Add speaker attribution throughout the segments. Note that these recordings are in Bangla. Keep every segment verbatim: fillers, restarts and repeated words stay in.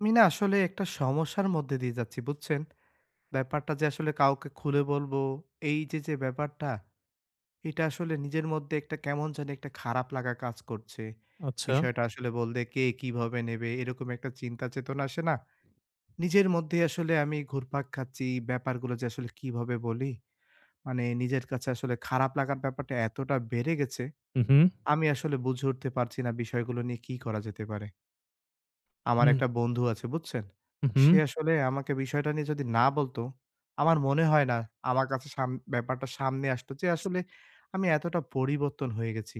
Speaker 1: আমি না আসলে একটা সমস্যার মধ্যে দিয়ে যাচ্ছি বুঝছেন? ব্যাপারটা যে আসলে কাউকে খুলে বলবো, এই যে, যে ব্যাপারটা, এটা আসলে নিজের মধ্যে একটা কেমন জানি একটা খারাপ লাগা কাজ করছে।
Speaker 2: আচ্ছা।
Speaker 1: বিষয়টা আসলে বললে কে কিভাবে নেবে এরকম একটা চিন্তা চেতনা আসে না? নিজের মধ্যেই আসলে আমি ঘুরপাক খাচ্ছি, ব্যাপারগুলো যে আসলে কিভাবে বলি? মানে নিজের কাছে আসলে খারাপ লাগার ব্যাপারটা এতটা বেড়ে গেছে,
Speaker 2: হু, হু।
Speaker 1: আমি আসলে বুঝে উঠতে পারছি না বিষয়গুলো নিয়ে কি করা যেতে পারে। আমার
Speaker 2: হুম,
Speaker 1: একটা বন্ধু আছে বুঝছেন?
Speaker 2: হু, হু।
Speaker 1: সে আসলে আমাকে বিষয়টা নিয়ে যদি না বলতো, আমার মনে হয় না আমার কাছে সাম ব্যাপারটা সামনে আসতো যে আসলে আমি এতটা পরিবর্তন হয়ে গেছি।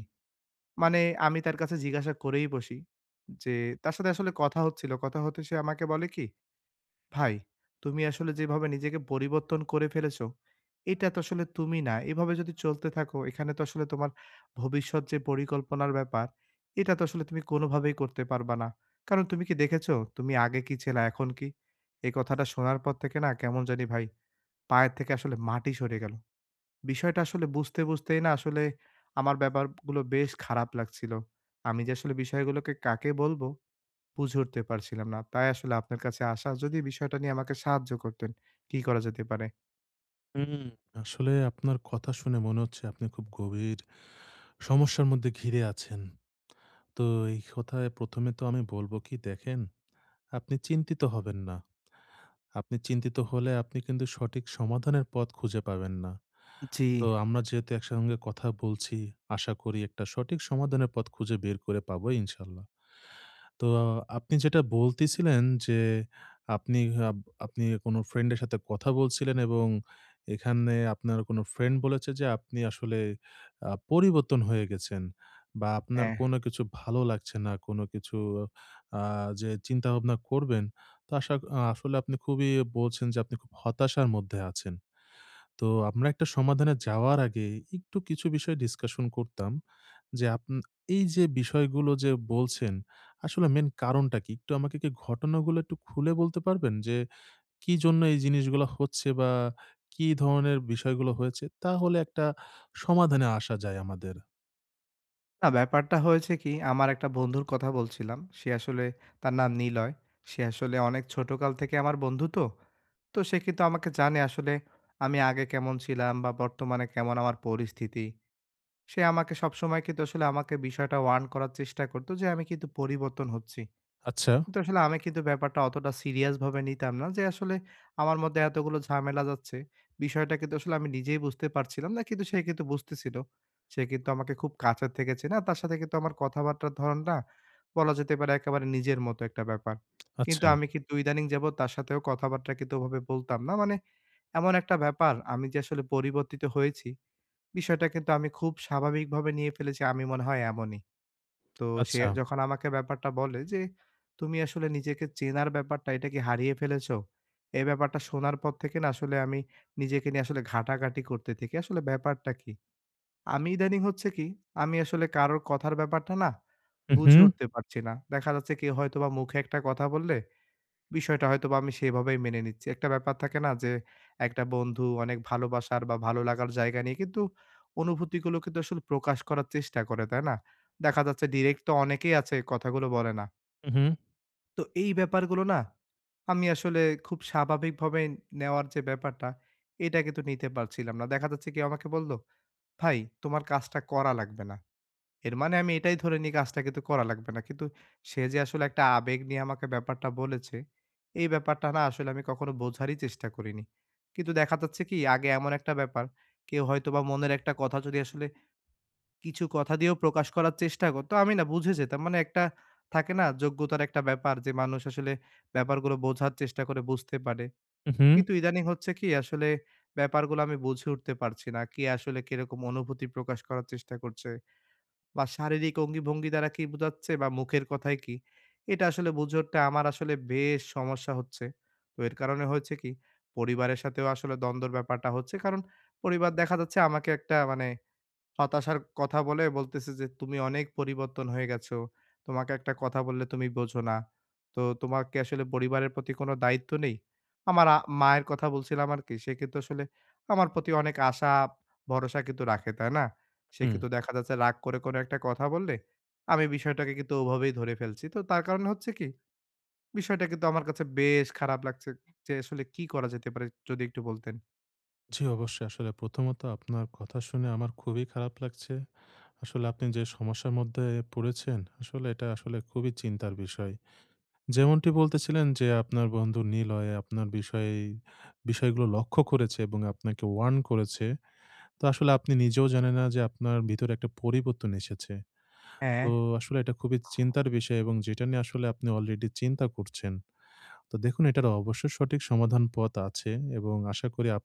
Speaker 1: মানে আমি তার কাছে জিজ্ঞাসা করেই বসি যে তার সাথে আসলে কথা হচ্ছিল। কথা হতে সে আমাকে বলে কি ভাই, তুমি আসলে যেভাবে নিজেকে পরিবর্তন করে ফেলেছো, এটা তো আসলে তুমি না। এভাবে যদি চলতে থাকো, এখানে তো আসলে তোমার ভবিষ্যৎ যে পরিকল্পনার ব্যাপার, এটা তো আসলে তুমি কোনোভাবেই করতে পারবা না। কারণ তুমি কি দেখেছো, তুমি আগে কি ছিলা, এখন কি? এই কথাটা শোনার পর থেকে না কেমন জানি ভাই, পায়ের থেকে আসলে মাটি সরে গেল। বিষয়টা আসলে বুঝতে, বুঝতেই না আসলে আমার ব্যাপারগুলো বেশ খারাপ লাগছিল। আমি যে আসলে বিষয়গুলোকে কাকে বলবো বুঝে উঠতে পারছিলাম না। তাই আসলে আপনার কাছে আসা। যদি বিষয়টা নিয়ে আমাকে সাহায্য করতেন, কি করা যেতে পারে?
Speaker 2: হুম। আসলে আপনার কথা শুনে মনে হচ্ছে আপনি খুব গভীর সমস্যার মধ্যে ঘিরে আছেন। তো এই কথায় প্রথম এ তো আমি বলব কি দেখেন, আপনি চিন্তিত হবেন না। আপনি চিন্তিত হলে আপনি কিন্তু সঠিক সমাধানের পথ খুঁজে পাবেন না।
Speaker 1: জি।
Speaker 2: তো আমরা যেহেতু একসঙ্গে কথা বলছি, আশা করি একটা সঠিক সমাধানের পথ খুঁজে বের করে পাবো ইনশাল্লাহ। তো আপনি যেটা বলতেছিলেন যে, আপনি আব আপনি কোনো ফ্রেন্ডের সাথে কথা বলছিলেন এবং এখানে আপনার কোনো ফ্রেন্ড বলেছে যে, আপনি আসলে আ পরিবর্তন হয়ে গেছেন বা আপনার
Speaker 1: হ্যাঁ।
Speaker 2: কোনো কিছু ভালো লাগছে না। কোনো কিছু আ যে চিন্তাভাবনা করবেন, তো আশা আ আসলে আপনি খুবই বলছেন যে, আপনি খুব হতাশার মধ্যে আছেন। তো আমরা একটা সমাধানে যাওয়ার আগে একটু কিছু বিষয় ডিসকাশন করতাম। যে আপন এই যে বিষয়গুলো যে বলছেন, আসলে মেইন কারণটা কি? একটু আমাকে কি ঘটনাগুলো একটু খুলে বলতে পারবেন? যে কি জন্য এই জিনিসগুলা হচ্ছে বা কি ধরনের বিষয়গুলো হয়েছে? তাহলে একটা সমাধানে আসা যায় আমাদের।
Speaker 1: না ব্যাপারটা হয়েছে কি, আমার একটা বন্ধুর কথা বলছিলাম। সে আসলে তার নাম নিলয়। সে আসলে অনেক ছোটকাল থেকে আমার বন্ধু তো। তো সে কিন্তু আমাকে জানে আসলে আমি আগে কেমন ছিলাম বা বর্তমানে কেমন আমার পরিস্থিতি। সে আমাকে সবসময় কিন্তু আসলে আমাকে বিষয়টা warn করার চেষ্টা করত যে আমি কিন্তু পরিবর্তন হচ্ছি।
Speaker 2: আচ্ছা,
Speaker 1: কিন্তু আসলে আমি কিন্তু ব্যাপারটা অতটা সিরিয়াস ভাবে নিতাম না যে আসলে আমার মধ্যে এতগুলো ঝামেলা যাচ্ছে। বিষয়টা কিন্তু আসলে আমি নিজেই বুঝতে পারছিলাম না। কিন্তু সে কিন্তু বুঝতেছিল। সে কিন্তু আমাকে খুব কাছের থেকে চেনে। আর তার সাথে কিন্তু আমার কথাবার্তার ধরনটা বলা যেতে পারে একেবারে নিজের মতো একটা ব্যাপার। কিন্তু
Speaker 2: আচ্ছা,
Speaker 1: আমি কিন্তু ইদানিং যাবৎ তার সাথেও কথাবার্তা কিন্তু ওভাবে বলতাম না। মানে এমন একটা ব্যাপার আমি যে আসলে পরিবর্তিত হয়েছি, বিষয়টা কিন্তু আমি খুব স্বাভাবিকভাবে নিয়ে ফেলেছি। আমি মনে হয় এমনই। তো সে
Speaker 2: আচ্ছা।
Speaker 1: যখন আমাকে ব্যাপারটা বলে যে, "তুমি আসলে নিজেকে চেনার ব্যাপারটা এটা কি হারিয়ে ফেলেছো?" এই ব্যাপারটা শোনার পর থেকে না আসলে আমি নিজেকে নিয়ে আসলে ঘাটাঘাটি করতে থাকি। আসলে ব্যাপারটা কি? আমি ইদানিং হচ্ছে কি, আমি আসলে কারোর কথার ব্যাপারটা না
Speaker 2: উহু,
Speaker 1: বুঝে উঠতে পারছি না। দেখা যাচ্ছে কেউ হয়তোবা মুখে একটা কথা বললে বিষয়টা হয়তোবা আমি সেভাবেই মেনে নিচ্ছি। একটা ব্যাপার থাকে না যে, একটা বন্ধু অনেক ভালোবাসার বা ভালো লাগার জায়গা নিয়ে কিন্তু অনুভূতিগুলো কিন্তু আসলে প্রকাশ করার চেষ্টা করে, তাই না? দেখা যাচ্ছে ডিরেক্ট তো অনেকেই আছে কথাগুলো বলে না।
Speaker 2: উহু,
Speaker 1: তো এই ব্যাপারগুলো না আমি আসলে খুব স্বাভাবিকভাবে নেওয়ার যে ব্যাপারটা, এটা কিন্তু নিতে পারছিলাম না। দেখা যাচ্ছে কেউ আমাকে বলল, "ভাই, তোমার কাজটা করা লাগবে না।" এর মানে আমি এটাই ধরে নিই কাজটা কিন্তু করা লাগবে না। কিন্তু সে যে আসলে একটা আবেগ নিয়ে আমাকে ব্যাপারটা বলেছে, এই ব্যাপারটা না আসলে আমি কখনো বোঝারই চেষ্টা করিনি। কিন্তু দেখা যাচ্ছে কি আগে এমন একটা ব্যাপার, কেউ হয়তোবা মনের একটা কথা যদি আসলে কিছু কথা দিয়েও প্রকাশ করার চেষ্টা করত, আমি না বুঝে যেতাম। মানে একটা থাকে না যোগ্যতার একটা ব্যাপার যে মানুষ আসলে ব্যাপারগুলো বোঝার চেষ্টা করে বুঝতে পারে।
Speaker 2: উহু,
Speaker 1: কিন্তু ইদানিং হচ্ছে কি আসলে ব্যাপারগুলো আমি বুঝে উঠতে পারছি না। কে আসলে কিরকম অনুভূতি প্রকাশ করার চেষ্টা করছে। বা শারীরিক অঙ্গি-ভঙ্গি দ্বারা কি বোঝাচ্ছে বা মুখের কথায় কি? এটা আসলে বুঝে উঠতে আমার আসলে বেশ সমস্যা হচ্ছে। তো এর কারণে হয়েছে কি, পরিবারের সাথেও আসলে দ্বন্দ্বের ব্যাপারটা হচ্ছে। কারণ পরিবার দেখা যাচ্ছে আমাকে একটা মানে হতাশার কথা বলে বলতেছে যে, "তুমি অনেক পরিবর্তন হয়ে গেছো। তোমাকে একটা কথা বললে তুমি বোঝো না। তো তোমার কি আসলে পরিবারের প্রতি কোনো দায়িত্ব নেই?" আমার আ মায়ের কথা বলছিলাম আরকি। সে কিন্তু আসলে আমার প্রতি অনেক আশা, ভরসা কিন্তু রাখে, তাই না? সে
Speaker 2: হুম।
Speaker 1: কিন্তু দেখা যাচ্ছে রাগ করে কোনো একটা কথা বললে, আমি বিষয়টাকে কিন্তু ওভাবেই ধরে ফেলছি। তো তার কারণে হচ্ছে কি, বিষয়টা কিন্তু আমার কাছে বেশ খারাপ লাগছে যে আসলে কি করা যেতে পারে? যদি একটু বলতেন।
Speaker 2: জি, অবশ্যই। আসলে প্রথমত আপনার কথা শুনে আমার খুবই খারাপ লাগছে। আসলে আপনি যে সমস্যার মধ্যে পড়েছেন, আসলে এটা আসলে খুবই চিন্তার বিষয়। যেমনটি বলতেছিলেন যে আপনার বন্ধু নিলয় আপনার বিষয়ে বিষয়গুলো লক্ষ্য করেছে এবং আপনাকে ওয়ার্ন করেছে। তো আসলে আপনি নিজেও জানেন না যে আপনার ভিতরে একটা পরিবর্তন এসেছে।
Speaker 1: হ্যাঁ,
Speaker 2: তো আসলে এটা খুবই চিন্তার বিষয় এবং যেটা নিয়ে আসলে আপনি অলরেডি চিন্তা করছেন। তো দেখুন এটার অবশ্যই সঠিক সমাধান পথ আছে এবং আশা করি আপ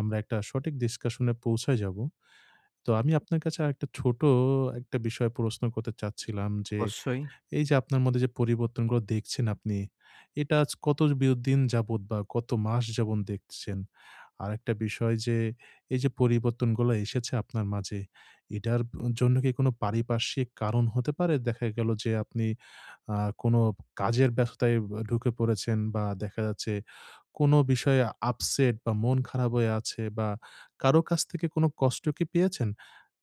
Speaker 2: আমরা একটা সঠিক ডিসকাশন এ পৌঁছায় যাব। তো আমি আপনার কাছে আরেকটা ছোট একটা বিষয় প্রশ্ন করতে চাচ্ছিলাম যে
Speaker 1: অবশ্যই।
Speaker 2: এই যে আপনার মধ্যে যে পরিবর্তনগুলো দেখছেন আপনি, এটা আজ কত বিয় দিন যাবত বা কত মাস যাবত দেখছেন? আরেকটা বিষয় যে এই যে পরিবর্তনগুলো এসেছে আপনার মাঝে, এটার ব জন্য কি কোনো পারিপার্শ্বিক কারণ হতে পারে? দেখা গেল যে আপনি আ কোনো কাজের ব্যস্ততায় ব ঢুকে পড়েছেন বা দেখা যাচ্ছে কোনো বিষয়ে আপসেট বা মন খারাপ হয়ে আছে বা কারো কাছ থেকে কোনো কষ্ট কি পেয়েছেন?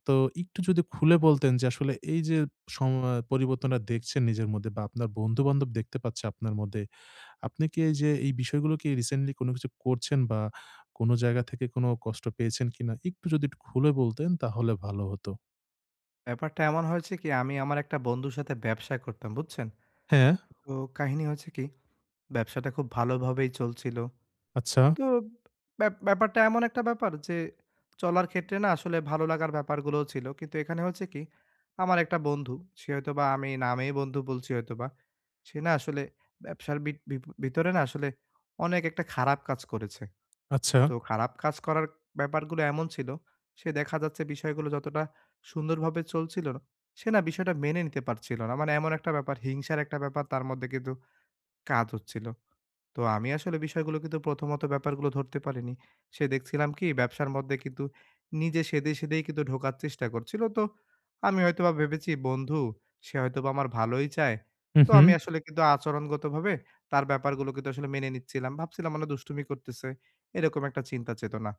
Speaker 2: তো একটু যদি খুলে বলতেন যে আসলে এই যে সম পরিবর্তনটা দেখছেন নিজের মধ্যে বা আপনার বন্ধু-বান্ধব দেখতে পাচ্ছে আপনার মধ্যে, আপনি কি এই যে এই বিষয়গুলো কি রিসেন্টলি কোনো কিছু করছেন বা কোনো জায়গা থেকে কোনো কষ্ট পেয়েছেন কিনা? একটু যদি একটু খুলে বলতেন তাহলে ভালো হতো।
Speaker 1: ব্যাপারটা এমন হয়েছে কি আমি আমার একটা বন্ধুর সাথে ব্যবসা করতাম বুঝছেন?
Speaker 2: হ্যাঁ,
Speaker 1: তো কাহিনী হয়েছে কি ব্যবসাটা খুব ভালোভাবেই চলছিল।
Speaker 2: আচ্ছা,
Speaker 1: তো ব্যা ব্যাপারটা এমন একটা ব্যাপার যে চলার ক্ষেত্রে না আসলে ভালো লাগার ব্যাপারগুলোও ছিল। কিন্তু এখানে হচ্ছে কি আমার একটা বন্ধু সে হয়তোবা আমি নামেই বন্ধু বলছি হয়তোবা। সে না আসলে ব্যবসার বিট ভিপ ভিতরে না আসলে অনেক একটা খারাপ কাজ করেছে।
Speaker 2: আচ্ছা।
Speaker 1: তো খারাপ কাজ করার ব্যাপারগুলো এমন ছিল, সে দেখা যাচ্ছে বিষয়গুলো যতটা সুন্দরভাবে চলছিল, না, সে না বিষয়টা মেনে নিতে পারছিল না। মানে এমন একটা ব্যাপার হিংসার একটা ব্যাপার তার মধ্যে কিন্তু কাজ হচ্ছিল। তো আমি আসলে বিষয়গুলো কিন্তু প্রথমত ব্যাপারগুলো ধরতে পারিনি। সে দেখছিলাম কি ব্যবসার মধ্যে কিন্তু নিজে সেধে, সেধেই কিন্তু ঢোকার চেষ্টা করছিল। তো আমি হয়তোবা ভেবেছি বন্ধু, সে হয়তোবা আমার ভালোই চায়।
Speaker 2: হু,
Speaker 1: তো
Speaker 2: হু,
Speaker 1: আমি আসলে কিন্তু আচরণগতভাবে তার ব্যাপারগুলো কিন্তু আসলে মেনে নিচ্ছিলাম। ভাবছিলাম মানে দুষ্টুমি করতেছে, এরকম একটা চিন্তা চেতনা।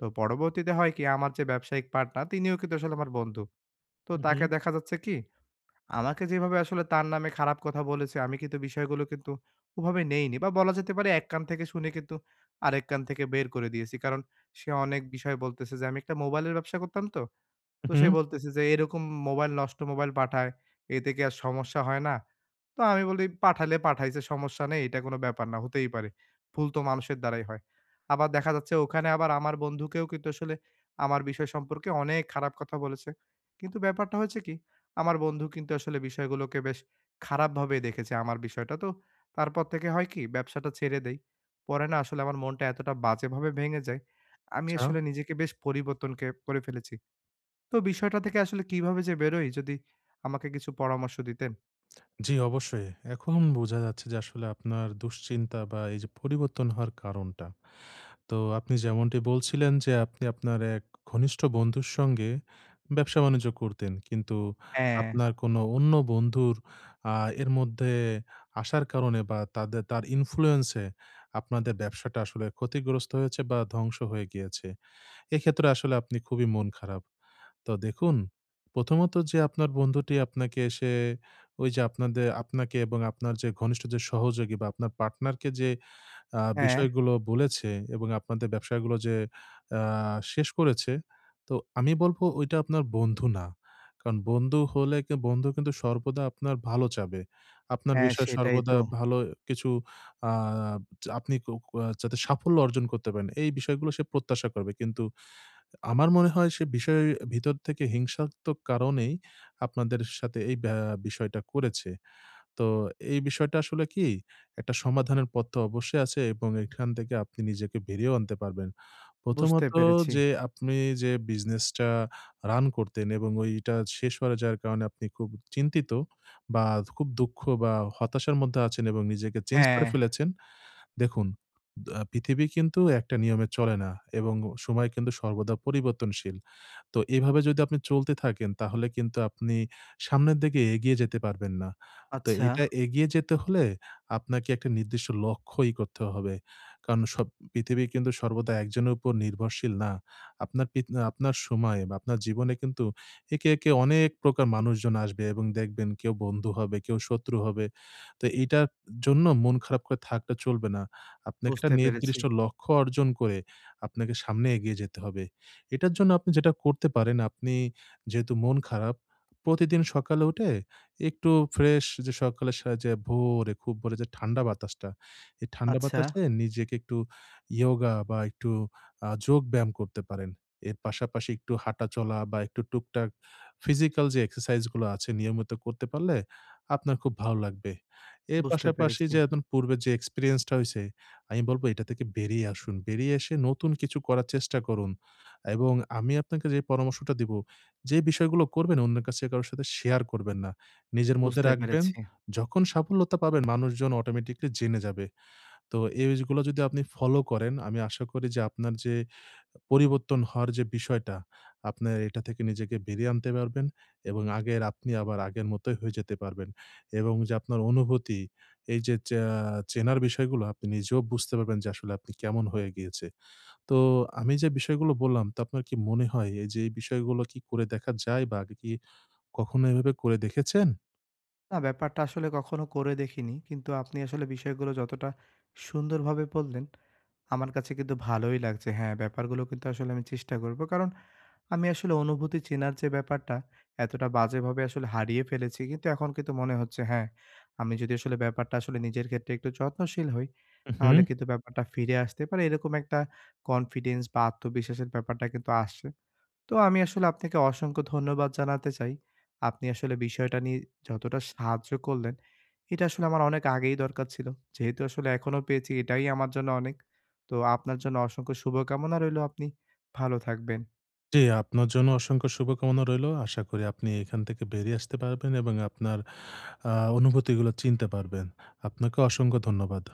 Speaker 1: তো পরবর্তীতে হয় কি আমার যে ব্যবসায়িক পার্টনার তিনিও কিন্তু আসলে আমার বন্ধু। তো
Speaker 2: হু, হু,
Speaker 1: তাকে দেখা যাচ্ছে কি আমাকে যেভাবে আসলে তার নামে খারাপ কথা বলেছে, আমি কিন্তু বিষয়গুলো কিন্তু ওভাবে নেইনি বা বলা যেতে পারে এক কান থেকে শুনে কিন্তু আরেক কান থেকে বের করে দিয়েছি। কারণ সে অনেক বিষয় বলতেছে যে, "আমি একটা মোবাইলের ব্যবসা করতাম তো। তো
Speaker 2: হু,
Speaker 1: সে বলতেছে যে, "এরকম মোবাইল নষ্ট মোবাইল পাঠায়, এতে কি আর সমস্যা হয় না?" তো আমি বলি, "পাঠালে পাঠাইছে সমস্যা নেই, এটা কোনো ব্যাপার না, হতেই পারে। ভুল তো মানুষের দ্বারাই হয়।" আবার দেখা যাচ্ছে ওখানে আবার আমার বন্ধুকেও কিন্তু আসলে আমার বিষয় সম্পর্কে অনেক খারাপ কথা বলেছে। কিন্তু ব্যাপারটা হয়েছে কি, আমার বন্ধু কিন্তু আসলে বিষয়গুলোকে বেশ খারাপভাবেই দেখেছে আমার বিষয়টা। তো তারপর থেকে হয় কি, ব্যবসাটা ছেড়ে দেই। পরে না আসলে আমার মনটা এতটা বাজেভাবে ভেঙে যায়, আমি
Speaker 2: আচ্ছা।
Speaker 1: আসলে নিজেকে বেশ পরিবর্তন কে করে ফেলেছি। তো বিষয়টা থেকে আসলে কিভাবে যে বেরোই যদি আমাকে কিছু পরামর্শ দিতেন?
Speaker 2: জি, অবশ্যই। এখন বোঝা যাচ্ছে যে আসলে আপনার দুশ্চিন্তা বা এই যে পরিবর্তন হওয়ার কারণটা। তো আপনি যেমনটি বলছিলেন যে আপনি আপনার এক ঘনিষ্ঠ বন্ধুর সঙ্গে ব্যবসা-বাণিজ্য করতেন। কিন্তু
Speaker 1: হ্যাঁ,
Speaker 2: আপনার কোনো অন্য বন্ধুর আ এর মধ্যে আসার কারণে বা তাদের তার ইনফ্লুয়েন্স এ আপনাদের ব্যবসাটা আসলে ক্ষতিগ্রস্ত হয়েছে বা ধ্বংস হয়ে গিয়েছে। এক্ষেত্রে আসলে আপনি খুবই মন খারাপ। তো দেখুন, প্রথমত যে আপনার বন্ধুটি আপনাকে এসে ওই যে আপনাদের আপনাকে এবং আপনার যে ঘনিষ্ঠ যে সহযোগী বা আপনার পার্টনারকে যে আ
Speaker 1: হ্যাঁ,
Speaker 2: বিষয়গুলো বলেছে এবং আপনাদের ব্যবসাগুলো যে আ শেষ করেছে, তো আমি বলব ওইটা আপনার বন্ধু না। কারণ বন্ধু হলে কি বন্ধু কিন্তু সর্বদা আপনার ভালো চাবে। আপনার
Speaker 1: হ্যাঁ,
Speaker 2: বিষয়ে
Speaker 1: সেটাই
Speaker 2: সর্বদা
Speaker 1: তো।
Speaker 2: ভালো কিছু আ আপনি ক ক যাতে সাফল্য অর্জন করতে পারেন, এই বিষয়গুলো সে প্রত্যাশা করবে। কিন্তু আমার মনে হয় সে বিষয়ের ভিতর থেকে হিংসাত্মক কারণেই আপনাদের সাথে এই ব্যা বিষয়টা করেছে। তো এই বিষয়টা আসলে কি একটা সমাধানের পথ তো অবশ্যই আছে এবং এখান থেকে আপনি নিজেকে বেরিয়েও আনতে পারবেন।
Speaker 1: বুঝতে
Speaker 2: প্রথমত
Speaker 1: পেরেছি।
Speaker 2: যে আপনি যে বিজনেসটা রান করতেন এবং ওইটা শেষ হয়ে যাওয়ার কারণে আপনি খুব চিন্তিত বা খুব দুঃখ বা হতাশার মধ্যে আছেন এবং নিজেকে চেঞ্জ
Speaker 1: হ্যাঁ।
Speaker 2: করে ফেলেছেন। দেখুন, দা পৃথিবী কিন্তু একটা নিয়মে চলে না এবং সময় কিন্তু সর্বদা পরিবর্তনশীল। তো এভাবে যদি আপনি চলতে থাকেন তাহলে কিন্তু আপনি সামনের দিকে এগিয়ে যেতে পারবেন না। তো
Speaker 1: আচ্ছা।
Speaker 2: এটা এগিয়ে যেতে হলে আপনাকে একটা নির্দিষ্ট লক্ষ্যই করতে হবে। কারণ সব পৃথিবী কিন্তু সর্বদা একজনের উপর নির্ভরশীল না। আপনার পিত আপনার সময়ে বা আপনার জীবনে কিন্তু একে, একে অনেক প্রকার মানুষজন আসবে এবং দেখবেন কেউ বন্ধু হবে, কেউ শত্রু হবে। তো এইটার জন্য মন খারাপ করে থাকলে চলবে না। আপনাকে একটা
Speaker 1: বুঝতে পেরেছি।
Speaker 2: নির্দিষ্ট লক্ষ্য অর্জন করে আপনাকে সামনে এগিয়ে যেতে হবে। এটার জন্য আপনি যেটা করতে পারেন, আপনি যেহেতু মন খারাপ, প্রতিদিন সকালে উঠে একটু ফ্রেশ যে সকালের সা যে ভোরে, খুব ভোরে যে ঠান্ডা বাতাসটা, এই ঠান্ডা
Speaker 1: আচ্ছা,
Speaker 2: বাতাসে নিজেকে একটু ইয়োগা বা একটু আ যোগ ব্যায়াম করতে পারেন। এর পাশাপাশি একটু হাঁটাচলা বা একটু টুকটাক ফিজিক্যাল যে এক্সারসাইজ গুলো আছে নিয়মিত করতে পারলে আপনার খুব ভালো লাগবে। এর
Speaker 1: বুঝতে
Speaker 2: পাশাপাশি
Speaker 1: পেরেছি,
Speaker 2: যে এখন পূর্বে যে এক্সপেরিয়েন্সটা হইছে, আমি বলব এটা থেকে বেরিয়ে আসুন। বেরিয়ে এসে নতুন কিছু করার চেষ্টা করুন। এবং আমি আপনাকে যে পরামর্শটা দিব, যে বিষয়গুলো করবেন অন্যের কাছে কারো সাথে শেয়ার করবেন না। নিজের মধ্যে
Speaker 1: বুঝতে
Speaker 2: রাখবেন।
Speaker 1: পেরেছি।
Speaker 2: যখন সাফল্যতা পাবেন মানুষজন অটোমেটিক্যালি জেনে যাবে। তো এই জিনিসগুলো যদি আপনি ফলো করেন, আমি আশা করি যে আপনার যে পরিবর্তন হওয়ার যে বিষয়টা, আপনার এটা থেকে নিজেকে বেরিয়ে আনতে পারবেন এবং আগের আপনি আবার আগের মতোই হয়ে যেতে পারবেন। এবং যে আপনার অনুভূতি, এই যে চা চেনার বিষয়গুলো আপনি নিজেও বুঝতে পারবেন যে আসলে আপনি কেমন হয়ে গিয়েছে। তো আমি যে বিষয়গুলো বললাম তো আপনার কি মনে হয় এই যে এই বিষয়গুলো কি করে দেখা যায় বা আগে কি কখনো এভাবে করে দেখেছেন?
Speaker 1: না, ব্যাপারটা আসলে কখনো করে দেখিনি। কিন্তু আপনি আসলে বিষয়গুলো যতটা সুন্দরভাবে বললেন, আমার কাছে কিন্তু ভালোই লাগছে। হ্যাঁ, ব্যাপারগুলো কিন্তু আসলে আমি চেষ্টা করব। কারণ আমি আসলে অনুভূতি চেনার যে ব্যাপারটা, এতটা বাজেভাবে আসলে হারিয়ে ফেলেছি। কিন্তু এখন কিন্তু মনে হচ্ছে হ্যাঁ, আমি যদি আসলে ব্যাপারটা আসলে নিজের ক্ষেত্রে একটু যত্নশীল হই, তাহলে
Speaker 2: হুম।
Speaker 1: কিন্তু ব্যাপারটা ফিরে আসতে পারে। এরকম একটা কনফিডেন্স বা আত্মবিশ্বাসের ব্যাপারটা কিন্তু আসছে। তো আমি আসলে আপনাকে অসংখ্য ধন্যবাদ জানাতে চাই। আপনি আসলে বিষয়টা নিয়ে যতটা সাহায্য করলেন, এটা আসলে আমার অনেক আগেই দরকার ছিল। যেহেতু আসলে এখনো পেয়েছি এটাই আমার জন্য অনেক। তো আপনার জন্য অসংখ্য শুভকামনা রইলো। আপনি ভালো থাকবেন।
Speaker 2: জি, আপনার জন্য অসংখ্য শুভকামনা রইলো। আশা করি আপনি এখান থেকে বেরিয়ে আসতে পারবেন এবং আপনার আ অনুভূতিগুলো চিনতে পারবেন। আপনাকে অসংখ্য ধন্যবাদ।